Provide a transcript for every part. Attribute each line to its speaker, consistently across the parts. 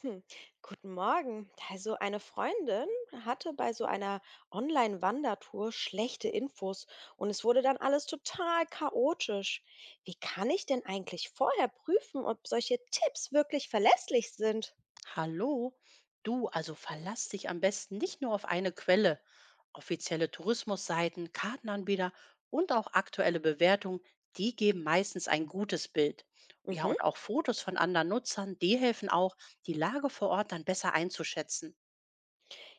Speaker 1: Hm, guten Morgen. Also eine Freundin hatte bei so einer Online-Wandertour schlechte Infos und es wurde dann alles total chaotisch. Wie kann ich denn eigentlich vorher prüfen, ob solche Tipps wirklich verlässlich sind?
Speaker 2: Hallo? Du, also verlass dich am besten nicht nur auf eine Quelle. Offizielle Tourismusseiten, Kartenanbieter und auch aktuelle Bewertungen, die geben meistens ein gutes Bild. Ja,
Speaker 1: Mhm.
Speaker 2: und auch Fotos von anderen Nutzern, die helfen auch, die Lage vor Ort dann besser einzuschätzen.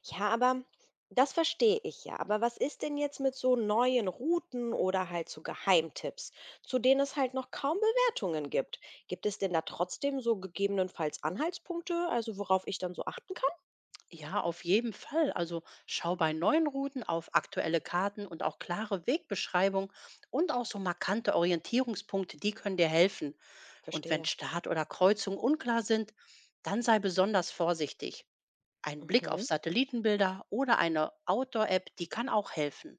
Speaker 1: Ja, aber das verstehe ich ja. Aber was ist denn jetzt mit so neuen Routen oder halt so Geheimtipps, zu denen es halt noch kaum Bewertungen gibt? Gibt es denn da trotzdem so gegebenenfalls Anhaltspunkte, also worauf ich dann so achten kann?
Speaker 2: Ja, auf jeden Fall. Also schau bei neuen Routen auf aktuelle Karten und auch klare Wegbeschreibungen und auch so markante Orientierungspunkte, die können dir helfen. Und wenn
Speaker 1: Verstehe.
Speaker 2: Start oder Kreuzung unklar sind, dann sei besonders vorsichtig. Ein Blick auf
Speaker 1: Mhm.
Speaker 2: Satellitenbilder oder eine Outdoor-App, die kann auch helfen.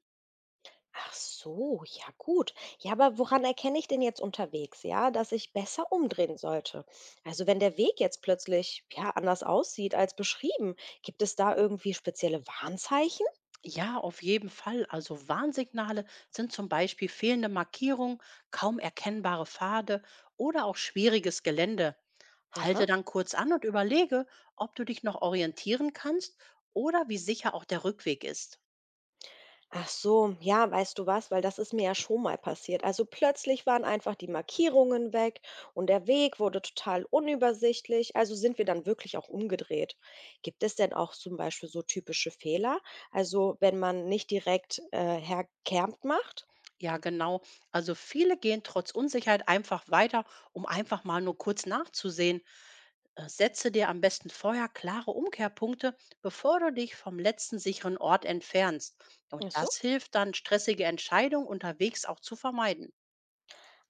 Speaker 1: Ach so, ja gut. Ja, aber woran erkenne ich denn jetzt unterwegs, ja, dass ich besser umdrehen sollte? Also wenn der Weg jetzt plötzlich ja anders aussieht als beschrieben, gibt es da irgendwie spezielle Warnzeichen?
Speaker 2: Ja, auf jeden Fall. Also Warnsignale sind zum Beispiel fehlende Markierungen, kaum erkennbare Pfade oder auch schwieriges Gelände.
Speaker 1: Aha.
Speaker 2: Halte dann kurz an und überlege, ob du dich noch orientieren kannst oder wie sicher auch der Rückweg ist.
Speaker 1: Ach so, ja, weißt du was, weil das ist mir ja schon mal passiert. Also plötzlich waren einfach die Markierungen weg und der Weg wurde total unübersichtlich. Also sind wir dann wirklich auch umgedreht. Gibt es denn auch zum Beispiel so typische Fehler? Also wenn man nicht direkt herkämmt macht?
Speaker 2: Ja, genau. Also viele gehen trotz Unsicherheit einfach weiter, um einfach mal nur kurz nachzusehen. Setze dir am besten vorher klare Umkehrpunkte, bevor du dich vom letzten sicheren Ort entfernst. Und
Speaker 1: Ach
Speaker 2: das
Speaker 1: so.
Speaker 2: hilft dann, stressige Entscheidungen unterwegs auch zu vermeiden.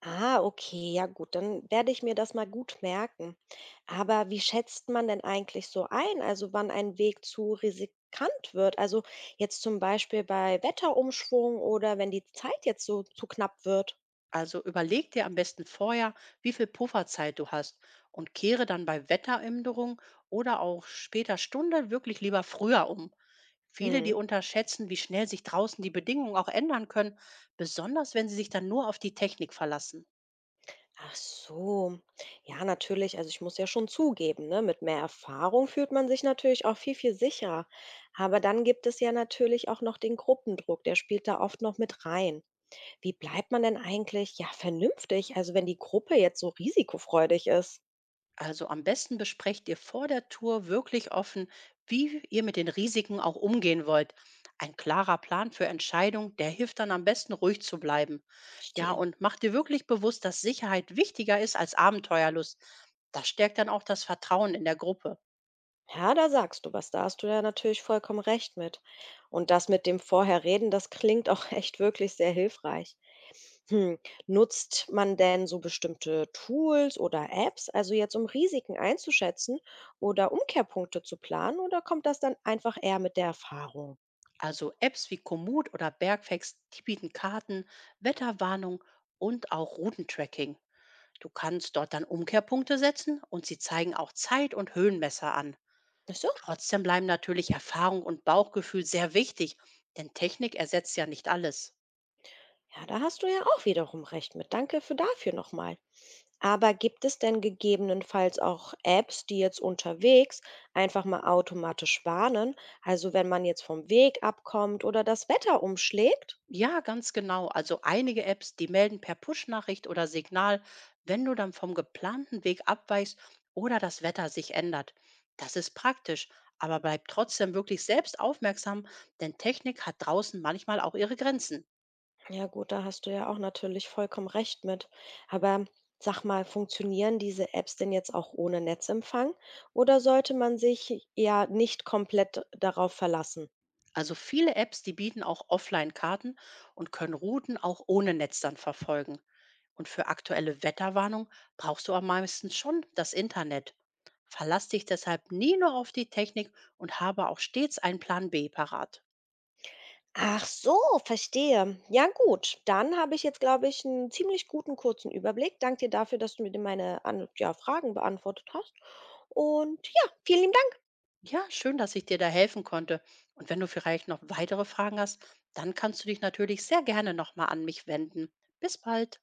Speaker 1: Ah, okay, ja gut, dann werde ich mir das mal gut merken. Aber wie schätzt man denn eigentlich so ein, also wann ein Weg zu riskant wird? Also jetzt zum Beispiel bei Wetterumschwung oder wenn die Zeit jetzt so zu knapp wird.
Speaker 2: Also überleg dir am besten vorher, wie viel Pufferzeit du hast und kehre dann bei Wetteränderungen oder auch später Stunde wirklich lieber früher um. Viele, die
Speaker 1: Mhm.
Speaker 2: unterschätzen, wie schnell sich draußen die Bedingungen auch ändern können, besonders wenn sie sich dann nur auf die Technik verlassen.
Speaker 1: Ach so, ja natürlich, also ich muss ja schon zugeben, ne, mit mehr Erfahrung fühlt man sich natürlich auch viel, viel sicherer. Aber dann gibt es ja natürlich auch noch den Gruppendruck, der spielt da oft noch mit rein. Wie bleibt man denn eigentlich, ja, vernünftig, also wenn die Gruppe jetzt so risikofreudig ist?
Speaker 2: Also am besten besprecht ihr vor der Tour wirklich offen, wie ihr mit den Risiken auch umgehen wollt. Ein klarer Plan für Entscheidungen, der hilft dann am besten ruhig zu bleiben. Ja,
Speaker 1: Verstehe.
Speaker 2: und macht dir wirklich bewusst, dass Sicherheit wichtiger ist als Abenteuerlust. Das stärkt dann auch das Vertrauen in der Gruppe.
Speaker 1: Ja, da sagst du was, da hast du ja natürlich vollkommen recht mit. Und das mit dem Vorherreden, das klingt auch echt wirklich sehr hilfreich. Hm. Nutzt man denn so bestimmte Tools oder Apps, also jetzt um Risiken einzuschätzen oder Umkehrpunkte zu planen, oder kommt das dann einfach eher mit der Erfahrung?
Speaker 2: Also Apps wie Komoot oder Bergfex, die bieten Karten, Wetterwarnung und auch Routentracking. Du kannst dort dann Umkehrpunkte setzen und sie zeigen auch Zeit- und Höhenmesser an.
Speaker 1: Ach so.
Speaker 2: Trotzdem bleiben natürlich Erfahrung und Bauchgefühl sehr wichtig, denn Technik ersetzt ja nicht alles.
Speaker 1: Ja, da hast du ja auch wiederum recht mit. Danke für dafür nochmal. Aber gibt es denn gegebenenfalls auch Apps, die jetzt unterwegs einfach mal automatisch warnen? Also wenn man jetzt vom Weg abkommt oder das Wetter umschlägt?
Speaker 2: Ja, ganz genau. Also einige Apps, die melden per Push-Nachricht oder Signal, wenn du dann vom geplanten Weg abweichst oder das Wetter sich ändert. Das ist praktisch, aber bleib trotzdem wirklich selbst aufmerksam, denn Technik hat draußen manchmal auch ihre Grenzen.
Speaker 1: Ja gut, da hast du ja auch natürlich vollkommen recht mit. Aber sag mal, funktionieren diese Apps denn jetzt auch ohne Netzempfang? Oder sollte man sich ja nicht komplett darauf verlassen?
Speaker 2: Also viele Apps, die bieten auch Offline-Karten und können Routen auch ohne Netz dann verfolgen. Und für aktuelle Wetterwarnung brauchst du am meisten schon das Internet. Verlass dich deshalb nie nur auf die Technik und habe auch stets einen Plan B parat.
Speaker 1: Ach so, verstehe. Ja gut, dann habe ich jetzt, glaube ich, einen ziemlich guten kurzen Überblick. Danke dir dafür, dass du mir meine an ja, Fragen beantwortet hast. Und ja, vielen lieben Dank.
Speaker 2: Ja, schön, dass ich dir da helfen konnte. Und wenn du vielleicht noch weitere Fragen hast, dann kannst du dich natürlich sehr gerne nochmal an mich wenden. Bis bald.